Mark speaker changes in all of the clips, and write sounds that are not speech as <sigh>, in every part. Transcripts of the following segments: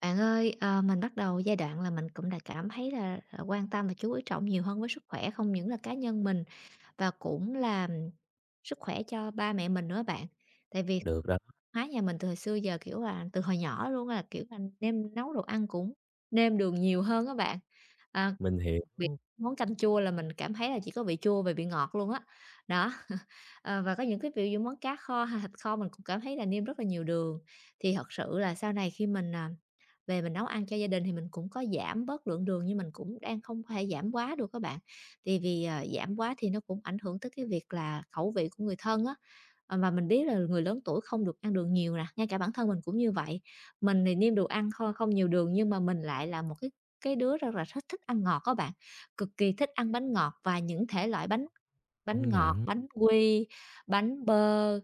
Speaker 1: Bạn ơi, mình bắt đầu giai đoạn là mình cũng đã cảm thấy là, quan tâm và chú ý trọng nhiều hơn với sức khỏe không những là cá nhân mình và cũng là sức khỏe cho ba mẹ mình nữa bạn. Tại vì
Speaker 2: Được đó,
Speaker 1: hóa nhà mình từ hồi xưa giờ, kiểu là, từ hồi nhỏ luôn là, kiểu là, nêm nấu đồ ăn cũng nêm đường nhiều hơn các bạn. À,
Speaker 2: mình hiểu,
Speaker 1: đặc biệt món canh chua là mình cảm thấy là chỉ có vị chua và vị ngọt luôn á. Đó, <laughs> và có những cái ví dụ món cá kho hay thịt kho mình cũng cảm thấy là nêm rất là nhiều đường. Thì thật sự là sau này khi mình, à, về mình nấu ăn cho gia đình thì mình cũng có giảm bớt lượng đường nhưng mình cũng đang không thể giảm quá được các bạn. Thì vì, giảm quá thì nó cũng ảnh hưởng tới cái việc là khẩu vị của người thân á, mà mình biết là người lớn tuổi không được ăn đường nhiều nè, ngay cả bản thân mình cũng như vậy. Mình thì niêm đồ ăn kho không nhiều đường nhưng mà mình lại là một cái đứa rất là rất thích ăn ngọt các bạn, cực kỳ thích ăn bánh ngọt và những thể loại bánh, bánh
Speaker 2: công
Speaker 1: ngọt,
Speaker 2: nhận,
Speaker 1: bánh quy, bánh bơ,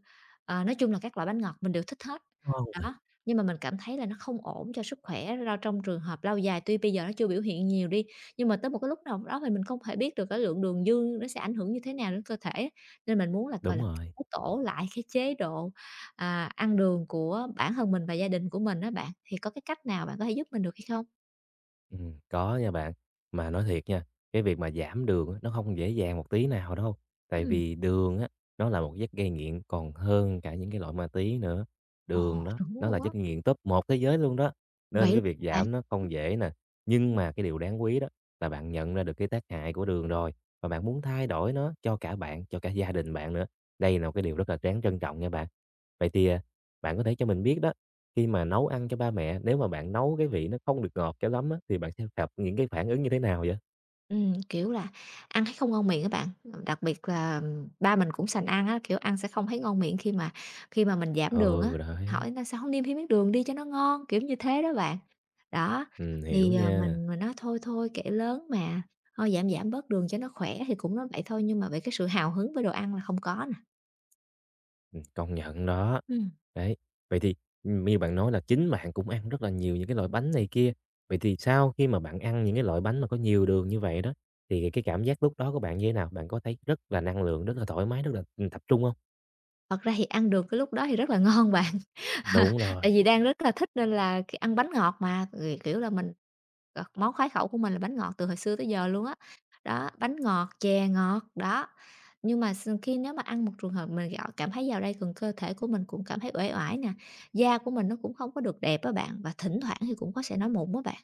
Speaker 1: nói chung là các loại bánh ngọt mình đều thích hết.
Speaker 2: ngon mà.
Speaker 1: Đó, nhưng mà mình cảm thấy là nó không ổn cho sức khỏe ra trong trường hợp lâu dài, tuy bây giờ nó chưa biểu hiện nhiều đi, nhưng mà tới một cái lúc nào đó thì mình không thể biết được cái lượng đường dư nó sẽ ảnh hưởng như thế nào đến cơ thể. Nên mình muốn là, gọi
Speaker 2: Đúng
Speaker 1: là,
Speaker 2: rồi,
Speaker 1: cải tổ lại cái chế độ, ăn đường của bản thân mình và gia đình của mình đó bạn, thì có cái cách nào bạn có thể giúp mình được hay không?
Speaker 2: có nha bạn. Mà nói thiệt nha, cái việc mà giảm đường á, nó không dễ dàng một tí nào đâu, tại
Speaker 1: Ừm.
Speaker 2: vì đường á, nó là một chất gây nghiện còn hơn cả những cái loại ma túy nữa.
Speaker 1: Ồ,
Speaker 2: Đường đó,
Speaker 1: đúng
Speaker 2: nó
Speaker 1: luôn
Speaker 2: là
Speaker 1: á,
Speaker 2: chất gây nghiện top 1 thế giới luôn đó,
Speaker 1: vậy
Speaker 2: nên
Speaker 1: luôn
Speaker 2: cái việc
Speaker 1: hả bạn?
Speaker 2: giảm nó không dễ nè. Nhưng mà cái điều đáng quý đó là bạn nhận ra được cái tác hại của đường rồi, và bạn muốn thay đổi nó cho cả bạn, cho cả gia đình bạn nữa. Đây là một cái điều rất là đáng trân trọng nha bạn. Vậy thì, bạn có thể cho mình biết đó. Khi mà nấu ăn cho ba mẹ, nếu mà bạn nấu cái vị nó không được ngọt cho lắm á, thì bạn sẽ gặp những cái phản ứng như thế nào vậy?
Speaker 1: Kiểu là, ăn thấy không ngon miệng các bạn, đặc biệt là ba mình cũng sành ăn á, kiểu, ăn sẽ không thấy ngon miệng khi mà mình giảm đường á,
Speaker 2: Ừ, đấy,
Speaker 1: hỏi "Là sao không nêm thêm miếng đường đi cho nó ngon?" Kiểu như thế đó bạn. Đó,
Speaker 2: hiểu
Speaker 1: thì,
Speaker 2: nha,
Speaker 1: mình nói "Thôi, thôi, kệ lớn mà, thôi giảm giảm bớt đường cho nó khỏe" thì cũng nói vậy thôi, nhưng mà về cái sự hào hứng với đồ ăn là không có nè.
Speaker 2: công nhận đó.
Speaker 1: Ừm,
Speaker 2: Đấy, vậy thì, như bạn nói là chính bạn cũng ăn rất là nhiều những cái loại bánh này kia, vậy thì sau khi mà bạn ăn những cái loại bánh mà có nhiều đường như vậy đó, thì cái cảm giác lúc đó của bạn như thế nào? Bạn có thấy rất là năng lượng, rất là thoải mái, tập trung không?
Speaker 1: thật ra thì ăn được cái lúc đó thì rất là ngon bạn,
Speaker 2: Đúng
Speaker 1: <laughs>
Speaker 2: rồi.
Speaker 1: tại vì đang rất là thích nên là ăn bánh ngọt mà, thì, kiểu là, mình. Ờ, món khoái khẩu của mình là bánh ngọt từ hồi xưa tới giờ luôn á. Đó, bánh ngọt, chè ngọt, đó. Nhưng mà khi nếu mà ăn một trường hợp mình gạo cảm thấy vào đây gần cơ thể của mình cũng cảm thấy uể oải nè, da của mình nó cũng không có được đẹp á bạn, và thỉnh thoảng thì cũng có sẽ nói mụn á bạn.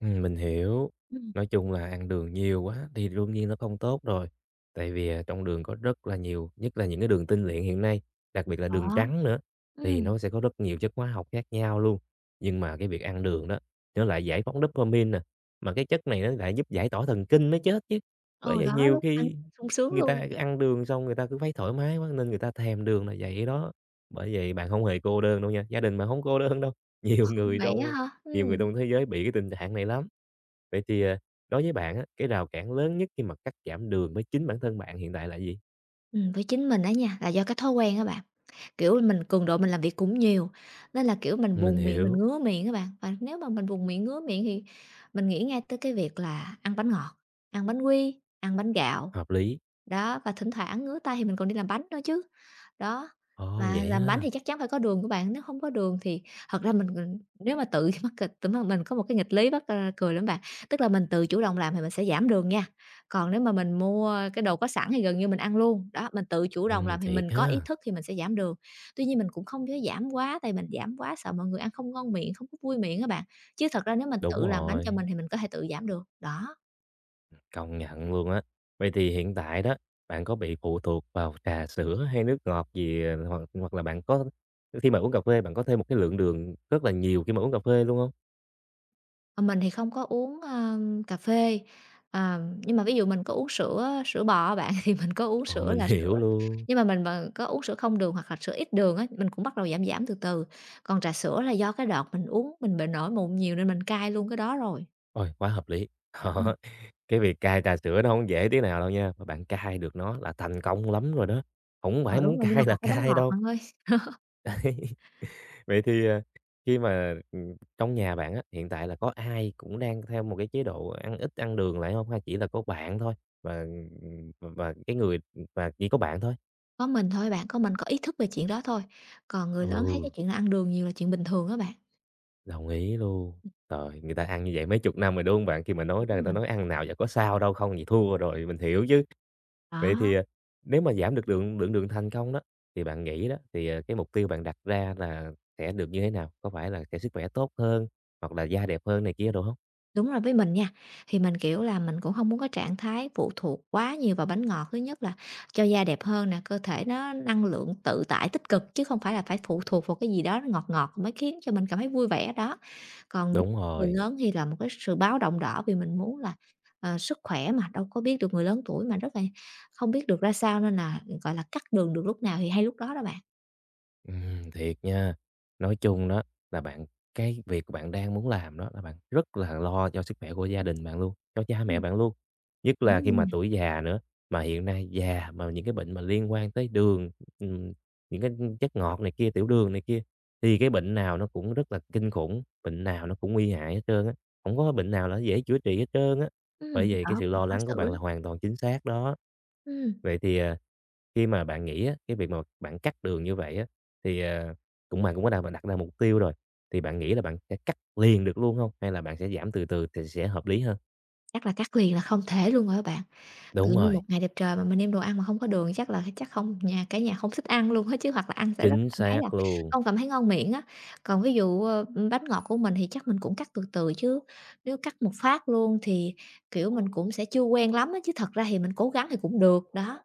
Speaker 2: Mình hiểu.
Speaker 1: Ừm.
Speaker 2: Nói chung là ăn đường nhiều quá thì đương nhiên nó không tốt rồi. Tại vì, trong đường có rất là nhiều, nhất là những cái đường tinh luyện hiện nay, đặc biệt là đường
Speaker 1: Đó,
Speaker 2: trắng nữa, thì
Speaker 1: ừ.
Speaker 2: nó sẽ có rất nhiều chất hóa học khác nhau luôn. Nhưng mà cái việc ăn đường đó, nó lại giải phóng dopamine nè, mà cái chất này nó lại giúp giải tỏa thần kinh mới chết chứ. Bởi
Speaker 1: Ồ
Speaker 2: vậy
Speaker 1: đó,
Speaker 2: nhiều
Speaker 1: lúc ăn
Speaker 2: khi
Speaker 1: sung sướng
Speaker 2: người
Speaker 1: luôn.
Speaker 2: ta ăn đường xong người ta cứ thấy thoải mái quá nên người ta thèm đường là vậy đó. Bởi vậy bạn không hề cô đơn đâu nha, gia đình bạn không cô đơn đâu, <laughs> nhiều
Speaker 1: Ừ.
Speaker 2: người
Speaker 1: Vậy á
Speaker 2: trong
Speaker 1: hả?
Speaker 2: nhiều người trong thế giới bị cái tình trạng này lắm. Vậy thì, đối với bạn á, cái rào cản lớn nhất khi mà cắt giảm đường với chính bản thân bạn hiện tại là gì?
Speaker 1: Với chính mình á nha, là do cái thói quen á bạn. Kiểu mình cường độ mình làm việc cũng nhiều, nên là, kiểu, mình
Speaker 2: Mình
Speaker 1: buồn miệng, mình
Speaker 2: hiểu,
Speaker 1: ngứa miệng các bạn. Và nếu mà mình buồn miệng, ngứa miệng thì mình nghĩ ngay tới cái việc là ăn bánh ngọt, ăn bánh quy, ăn bánh gạo.
Speaker 2: hợp lý.
Speaker 1: Đó, và thỉnh thoảng ngứa tay thì mình còn đi làm bánh nữa chứ. Đó,
Speaker 2: Ồ,
Speaker 1: mà
Speaker 2: vậy
Speaker 1: làm bánh
Speaker 2: ha.
Speaker 1: thì chắc chắn phải có đường của bạn, nếu không có đường thì thật ra mình nếu mà tự <laughs> mắc kịch tự mà mình có một cái nghịch lý bắt cười lắm bạn, tức là mình tự chủ động làm thì mình sẽ giảm đường nha, còn nếu mà mình mua cái đồ có sẵn thì gần như mình ăn luôn. Đó, mình tự chủ động làm thì mình
Speaker 2: Thiệt
Speaker 1: có ý
Speaker 2: ha.
Speaker 1: thức thì mình sẽ giảm đường. Tuy nhiên mình cũng không có giảm quá, tại mình giảm quá sợ mọi người ăn không ngon miệng, không có vui miệng các bạn, chứ thật ra nếu mình
Speaker 2: Đúng
Speaker 1: tự làm bánh cho
Speaker 2: rồi,
Speaker 1: mình thì mình có thể tự giảm được, đó.
Speaker 2: công nhận luôn á. Vậy thì hiện tại đó, bạn có bị phụ thuộc vào trà sữa hay nước ngọt gì, ờ, hoặc hoặc là bạn có khi mà uống cà phê bạn có thêm một cái lượng đường rất là nhiều khi mà uống cà phê luôn không?
Speaker 1: Ờ, mình thì không có uống, cà phê, à, nhưng mà ví dụ mình có uống sữa sữa bò á bạn, <laughs> thì mình có uống
Speaker 2: Ồ,
Speaker 1: sữa
Speaker 2: mình
Speaker 1: là
Speaker 2: <laughs>
Speaker 1: sữa,
Speaker 2: hiểu luôn.
Speaker 1: nhưng mà mình mà có uống sữa không đường hoặc là sữa ít đường á, mình cũng bắt đầu giảm giảm từ từ. Còn trà sữa là do cái đợt mình uống mình bị nổi mụn nhiều nên mình cai luôn cái đó rồi.
Speaker 2: Ôi, quá hợp lý.
Speaker 1: Ừm,
Speaker 2: <laughs> Cái việc cai trà sữa nó hổng dễ tí nào đâu nha, mà bạn cai được nó là thành công lắm rồi đó, không
Speaker 1: ờ,
Speaker 2: phải
Speaker 1: đúng
Speaker 2: muốn
Speaker 1: rồi, nhưng mà
Speaker 2: cai là
Speaker 1: còn cái bánh
Speaker 2: cai
Speaker 1: ngọt
Speaker 2: đâu.
Speaker 1: bạn ơi.
Speaker 2: <laughs> Vậy thì, ờ, khi mà, trong nhà bạn á, hiện tại là có ai cũng đang theo một cái chế độ ăn ít ăn đường lại không, hay chỉ là có bạn thôi và cái người và chỉ có bạn thôi?
Speaker 1: Có mình thôi bạn, có mình có ý thức về chuyện đó thôi, còn người lớn thấy cái
Speaker 2: Ừ,
Speaker 1: chuyện là ăn đường nhiều là chuyện bình thường đó bạn.
Speaker 2: đồng ý luôn. Trời, người ta ăn như vậy mấy chục năm rồi, đúng hông bạn? Khi mà nói
Speaker 1: Đúng
Speaker 2: ra người ta
Speaker 1: rồi,
Speaker 2: nói: "Ăn nào và có sao đâu, không vậy thua rồi." Mình hiểu chứ. Vậy
Speaker 1: đó.
Speaker 2: thì, à, nếu mà giảm được lượng lượng đường thành công đó, thì bạn nghĩ đó, thì, à, cái mục tiêu bạn đặt ra là sẽ được như thế nào? Có phải là sẽ sức khỏe tốt hơn, hoặc là da đẹp hơn này kia đúng không?
Speaker 1: Đúng rồi, với mình nha, thì mình, kiểu là, mình cũng không muốn có trạng thái phụ thuộc quá nhiều vào bánh ngọt. Thứ nhất là cho da đẹp hơn nè, cơ thể nó năng lượng tự tại tích cực, chứ không phải là phải phụ thuộc vào cái gì đó ngọt ngọt mới khiến cho mình cảm thấy vui vẻ đó. Còn
Speaker 2: Đúng
Speaker 1: người
Speaker 2: rồi.
Speaker 1: lớn thì là một cái sự báo động đỏ vì mình muốn là, sức khỏe mà, đâu có biết được người lớn tuổi mà rất là không biết được ra sao nên là, gọi là, cắt đường được lúc nào thì hay lúc đó đó bạn.
Speaker 2: Thiệt nha. Nói chung đó là bạn, cái việc của bạn đang muốn làm đó là bạn rất là lo cho sức khỏe của gia đình bạn luôn, cho cha mẹ
Speaker 1: Ừm,
Speaker 2: bạn luôn. Nhất là
Speaker 1: đúng
Speaker 2: khi
Speaker 1: rồi
Speaker 2: mà
Speaker 1: nè.
Speaker 2: tuổi già nữa, mà hiện nay già mà những cái bệnh mà liên quan tới đường, ừm, những cái chất ngọt này kia, tiểu đường này kia, thì cái bệnh nào nó cũng rất là kinh khủng, bệnh nào nó cũng nguy hại hết trơn á, không có bệnh nào là dễ chữa trị hết trơn á. Bởi vậy cái
Speaker 1: Đó
Speaker 2: sự
Speaker 1: cũng
Speaker 2: lo
Speaker 1: khó
Speaker 2: lắng của
Speaker 1: xử
Speaker 2: bạn là
Speaker 1: lắm.
Speaker 2: hoàn toàn chính xác đó.
Speaker 1: Ừ.
Speaker 2: Vậy thì, à, khi mà bạn nghĩ á, cái việc mà bạn cắt đường như vậy á, thì, à, cũng bạn cũng có đặt đặt ra mục tiêu rồi, thì bạn nghĩ là bạn sẽ cắt liền được luôn không, hay là bạn sẽ giảm từ từ thì sẽ hợp lý hơn?
Speaker 1: Chắc là cắt liền là không thể luôn rồi á bạn. Tự
Speaker 2: Đúng
Speaker 1: nhiên
Speaker 2: rồi,
Speaker 1: một ngày đẹp trời mà mình nêm đồ ăn mà không có đường chắc là chắc không nhà cả nhà không thích ăn luôn á chứ, hoặc là ăn sẽ rất
Speaker 2: chính
Speaker 1: cảm thấy là
Speaker 2: xác luôn.
Speaker 1: không cảm thấy ngon miệng á. Còn ví dụ, bánh ngọt của mình thì chắc mình cũng cắt từ từ chứ nếu cắt một phát luôn thì, kiểu, mình cũng sẽ chưa quen lắm á, chứ thật ra thì mình cố gắng thì cũng được, đó.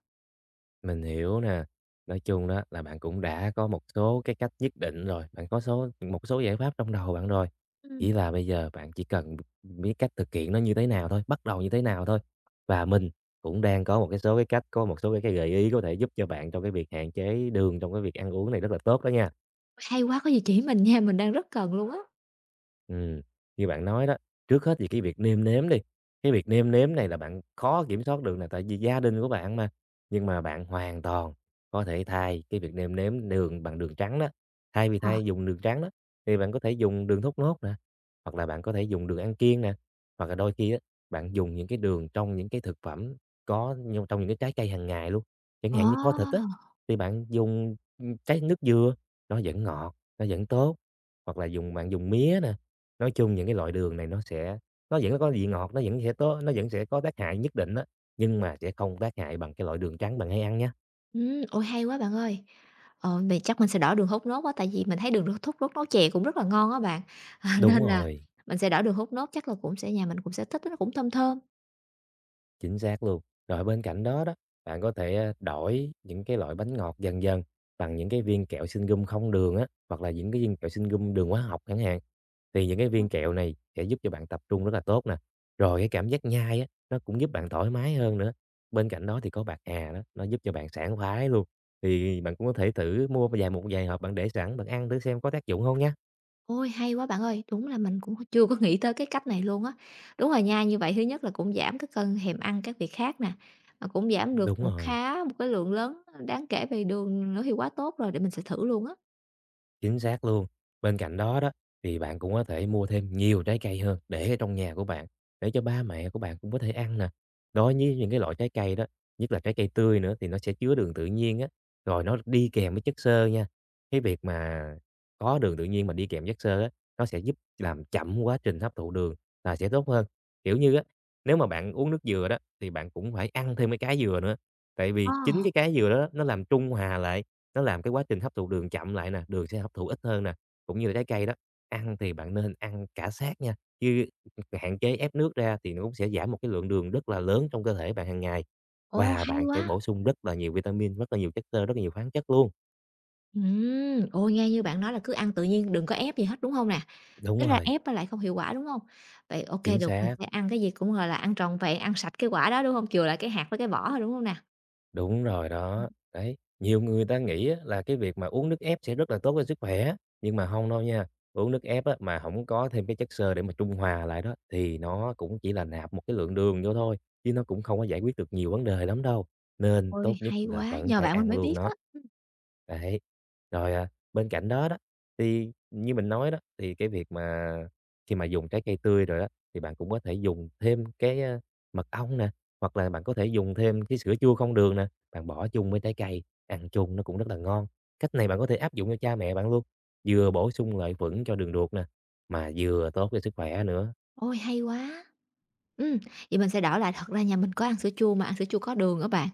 Speaker 2: Mình hiểu nè. Nói chung đó là bạn cũng đã có một số cái cách nhất định rồi, bạn có số một số giải pháp trong đầu bạn rồi.
Speaker 1: Ừm,
Speaker 2: Chỉ là bây giờ bạn chỉ cần biết cách thực hiện nó như thế nào thôi, bắt đầu như thế nào thôi. Và mình cũng đang có một cái số cái cách, có một số cái gợi ý có thể giúp cho bạn trong cái việc hạn chế đường trong cái việc ăn uống này rất là tốt đó nha.
Speaker 1: hay quá, có gì chỉ mình nha, mình đang rất cần luôn á.
Speaker 2: Ừm, như bạn nói đó, trước hết thì cái việc nêm nếm đi, cái việc nêm nếm này là bạn khó kiểm soát được là tại vì gia đình của bạn mà, nhưng mà bạn hoàn toàn có thể thay cái việc nêm nếm đường bằng đường trắng đó, thay vì
Speaker 1: Ờ.
Speaker 2: thay dùng đường trắng đó, thì bạn có thể dùng đường thốt nốt nè, hoặc là bạn có thể dùng đường ăn kiêng nè, hoặc là đôi khi á, bạn dùng những cái đường trong những cái thực phẩm có nhưng trong những cái trái cây hàng ngày luôn, chẳng
Speaker 1: Ờ.
Speaker 2: hạn như kho thịt á, thì bạn dùng, trái nước dừa, nó vẫn ngọt, nó vẫn tốt, hoặc là dùng bạn dùng mía nè, nói chung những cái loại đường này nó sẽ nó vẫn có vị ngọt, nó vẫn sẽ có nó vẫn sẽ có tác hại nhất định đó nhưng mà sẽ không tác hại bằng cái loại đường trắng bạn hay ăn nhá.
Speaker 1: Ôi, hay quá bạn ơi! Ờ, vậy chắc mình sẽ đỡ đường hút nốt quá, tại vì mình thấy đường thốt nốt nấu chè cũng rất là ngon á bạn, <laughs>
Speaker 2: Đúng
Speaker 1: nên là
Speaker 2: rồi,
Speaker 1: mình sẽ đỡ đường hút nốt, chắc là cũng sẽ nhà mình cũng sẽ thích nó cũng thơm thơm.
Speaker 2: chính xác luôn. Rồi bên cạnh đó đó, bạn có thể, à, đổi những cái loại bánh ngọt dần dần bằng những cái viên kẹo xinh gum không đường á, hoặc là những cái viên kẹo xinh gum đường hóa học chẳng hạn. Thì những cái
Speaker 1: Ờ.
Speaker 2: viên kẹo này sẽ giúp cho bạn tập trung rất là tốt nè. Rồi cái cảm giác nhai á, nó cũng giúp bạn thoải mái hơn nữa. Bên cạnh đó thì có bạc hà đó, nó giúp cho bạn sảng khoái luôn. Thì bạn cũng có thể thử mua vài hộp bạn để sẵn, bạn ăn thử xem có tác dụng không nhé.
Speaker 1: Ôi, hay quá bạn ơi! Đúng là mình cũng chưa có <laughs> nghĩ tới cái cách này luôn á. Đúng rồi nha, như vậy thứ nhất là cũng giảm cái cơn thèm ăn các việc khác nè, mà cũng giảm được
Speaker 2: Đúng rồi.
Speaker 1: khá một cái lượng lớn đáng kể về đường nữa thì quá tốt rồi, để mình sẽ thử luôn á.
Speaker 2: Chính xác luôn. Bên cạnh đó đó, thì bạn cũng có thể mua thêm nhiều trái cây hơn để ở trong nhà của bạn, để cho ba mẹ của bạn cũng có thể ăn nè. Đối với những cái loại trái cây đó, nhất là trái cây tươi nữa thì nó sẽ chứa đường tự nhiên á, rồi nó đi kèm với chất xơ nha. Cái việc mà có đường tự nhiên mà đi kèm chất xơ á, nó sẽ giúp làm chậm quá trình hấp thụ đường là sẽ tốt hơn. Kiểu như á, nếu mà bạn uống nước dừa đó thì bạn cũng phải ăn thêm cái trái dừa nữa. Tại
Speaker 1: Ờ,
Speaker 2: vì chính cái trái dừa đó nó làm trung hòa lại, nó làm cái quá trình hấp thụ đường chậm lại nè, đường sẽ hấp thụ ít hơn nè, cũng như là trái cây đó, ăn thì bạn nên ăn cả xác nha, chứ hạn chế ép nước ra thì nó cũng sẽ giảm một cái lượng đường rất là lớn trong cơ thể bạn hàng ngày,
Speaker 1: ồ,
Speaker 2: và
Speaker 1: hay
Speaker 2: bạn sẽ
Speaker 1: quá!
Speaker 2: bổ sung rất là nhiều vitamin, rất là nhiều chất xơ, rất là nhiều khoáng chất luôn.
Speaker 1: Ôi, nghe như bạn nói là cứ ăn tự nhiên, đừng có ép gì hết, đúng không nè?
Speaker 2: Đúng
Speaker 1: Tính ra
Speaker 2: rồi,
Speaker 1: ép nó lại không hiệu quả, đúng hông? Vậy ô kê,
Speaker 2: chính
Speaker 1: được, mình
Speaker 2: xác.
Speaker 1: sẽ ăn cái gì cũng, gọi là, ăn trọn vẹn, ăn sạch cái quả đó, đúng hông? Chừa lại cái hạt với cái vỏ thôi, đúng hông nè?
Speaker 2: Đúng rồi đó. Đấy, nhiều người ta nghĩ á là cái việc mà uống nước ép sẽ rất là tốt cho sức khỏe, nhưng mà không đâu nha. Uống nước ép á mà không có thêm cái chất xơ để mà trung hòa lại đó, thì nó cũng chỉ là nạp một cái lượng đường vô thôi, chứ nó cũng không có giải quyết được nhiều vấn đề lắm đâu, nên tốt
Speaker 1: Ôi,
Speaker 2: nhất
Speaker 1: hay
Speaker 2: là
Speaker 1: quá,
Speaker 2: vẫn
Speaker 1: nhờ
Speaker 2: phải
Speaker 1: bạn mình
Speaker 2: ăn
Speaker 1: mới
Speaker 2: luôn
Speaker 1: biết á.
Speaker 2: nó. Đấy, rồi, à, bên cạnh đó đó, thì như mình nói đó, thì cái việc mà khi mà dùng trái cây tươi rồi đó thì bạn cũng có thể dùng thêm cái, mật ong nè, hoặc là bạn có thể dùng thêm cái sữa chua không đường nè, bạn bỏ chung với trái cây, ăn chung nó cũng rất là ngon. Cách này bạn có thể áp dụng cho cha mẹ bạn luôn, vừa bổ sung lợi khuẩn cho đường ruột nè, mà vừa tốt cho sức khỏe nữa.
Speaker 1: Ôi, hay quá. Ừm, vậy mình sẽ đổi lại, thật ra nhà mình có ăn sữa chua mà ăn sữa chua có đường á bạn,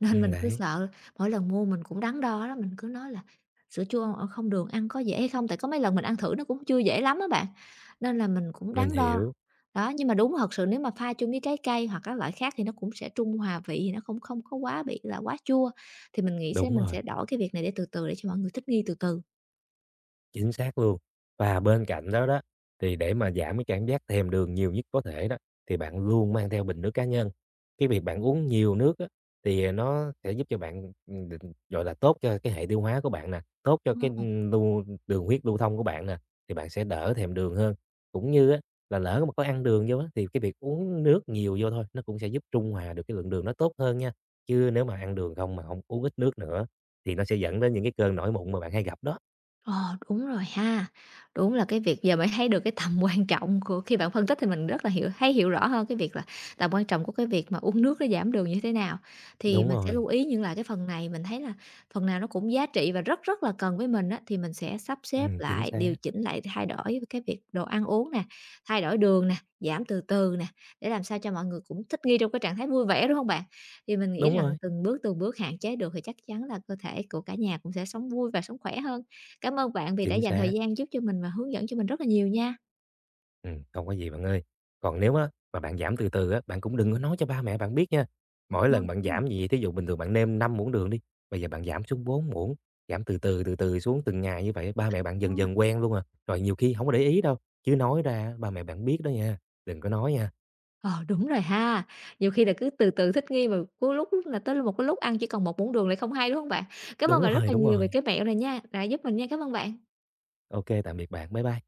Speaker 1: nên mình cứ
Speaker 2: Đấy,
Speaker 1: sợ mỗi lần mua mình cũng đắn đo lắm, mình cứ nói là "Sữa chua, không đường ăn có dễ hay không?" Tại có mấy lần mình ăn thử nó cũng chưa dễ lắm á bạn, nên là mình cũng
Speaker 2: mình
Speaker 1: đắn đo.
Speaker 2: hiểu,
Speaker 1: Đó, nhưng mà đúng thật sự nếu mà pha chung với trái cây hoặc các loại khác thì nó cũng sẽ trung hòa vị, thì nó không không có quá bị là quá chua, thì mình nghĩ
Speaker 2: đúng
Speaker 1: mình
Speaker 2: rồi.
Speaker 1: sẽ đổi cái việc này để từ từ để cho mọi người thích nghi từ từ.
Speaker 2: Chính xác luôn. Và bên cạnh đó đó, thì để mà giảm cái cảm giác thèm đường nhiều nhất có thể đó, thì bạn luôn mang theo bình nước cá nhân. Cái việc bạn uống nhiều nước á, thì nó sẽ giúp cho bạn, định gọi là, tốt cho cái hệ tiêu hóa của bạn nè, tốt cho cái
Speaker 1: Ờ.
Speaker 2: lưu đường huyết lưu thông của bạn nè, thì bạn sẽ đỡ thèm đường hơn. Cũng như á, là lỡ mà có ăn đường vô á, thì cái việc uống nước nhiều vô thôi, nó cũng sẽ giúp trung hòa được cái lượng đường nó tốt hơn nha. Chứ nếu mà ăn đường không mà không uống ít nước nữa, thì nó sẽ dẫn đến những cái cơn nổi mụn mà bạn hay gặp đó.
Speaker 1: Ờ, đúng rồi ha. Đúng là cái việc giờ mới thấy được cái tầm <laughs> quan trọng của khi bạn phân tích thì mình rất là thấy hiểu rõ hơn cái việc là tầm quan trọng của cái việc mà uống nước nó giảm đường như thế nào. Thì
Speaker 2: Đúng
Speaker 1: mình sẽ lưu
Speaker 2: rồi.
Speaker 1: ý những lại cái phần này, mình thấy là phần nào nó cũng giá trị và rất rất là cần với mình á, thì mình sẽ sắp xếp
Speaker 2: Chính
Speaker 1: lại, điều
Speaker 2: xác.
Speaker 1: chỉnh lại, thay đổi cái việc đồ ăn uống nè, thay đổi đường nè, giảm từ từ nè, để làm sao cho mọi người cũng thích nghi trong cái trạng thái vui vẻ, đúng không bạn? Thì mình nghĩ
Speaker 2: Đúng
Speaker 1: rằng
Speaker 2: rồi,
Speaker 1: từng bước hạn chế được thì chắc chắn là cơ thể của cả nhà cũng sẽ sống vui và sống khỏe hơn. Cảm ơn bạn vì đã
Speaker 2: chính
Speaker 1: dành thời
Speaker 2: xác.
Speaker 1: gian giúp cho mình và hướng dẫn cho mình rất là nhiều nha.
Speaker 2: Không có gì bạn ơi. Còn nếu á, mà bạn giảm từ từ á, bạn cũng đừng có nói cho ba mẹ bạn biết nha. Mỗi
Speaker 1: Ờ.
Speaker 2: lần bạn
Speaker 1: Ừm.
Speaker 2: giảm gì, thí dụ bình thường bạn nêm 5 muỗng đường đi, bây giờ bạn giảm xuống 4 muỗng, giảm từ từ, từ từ xuống từng ngày như vậy, ba mẹ bạn dần
Speaker 1: Ngon à.
Speaker 2: dần quen luôn à. Rồi nhiều khi không có để ý đâu, chứ nói ra ba mẹ bạn biết đó nha, đừng có nói nha.
Speaker 1: Ờ, đúng rồi ha. Nhiều khi là cứ từ từ thích nghi mà có lúc là tới một cái lúc ăn chỉ còn một muỗng đường lại không hay, đúng không bạn? Cảm ơn
Speaker 2: Đúng
Speaker 1: bạn rất
Speaker 2: rồi,
Speaker 1: là
Speaker 2: đúng
Speaker 1: nhiều về
Speaker 2: rồi.
Speaker 1: cái mẹo này nha, đã giúp mình nha. Cảm ơn bạn.
Speaker 2: OK, tạm biệt bạn. Bye bye.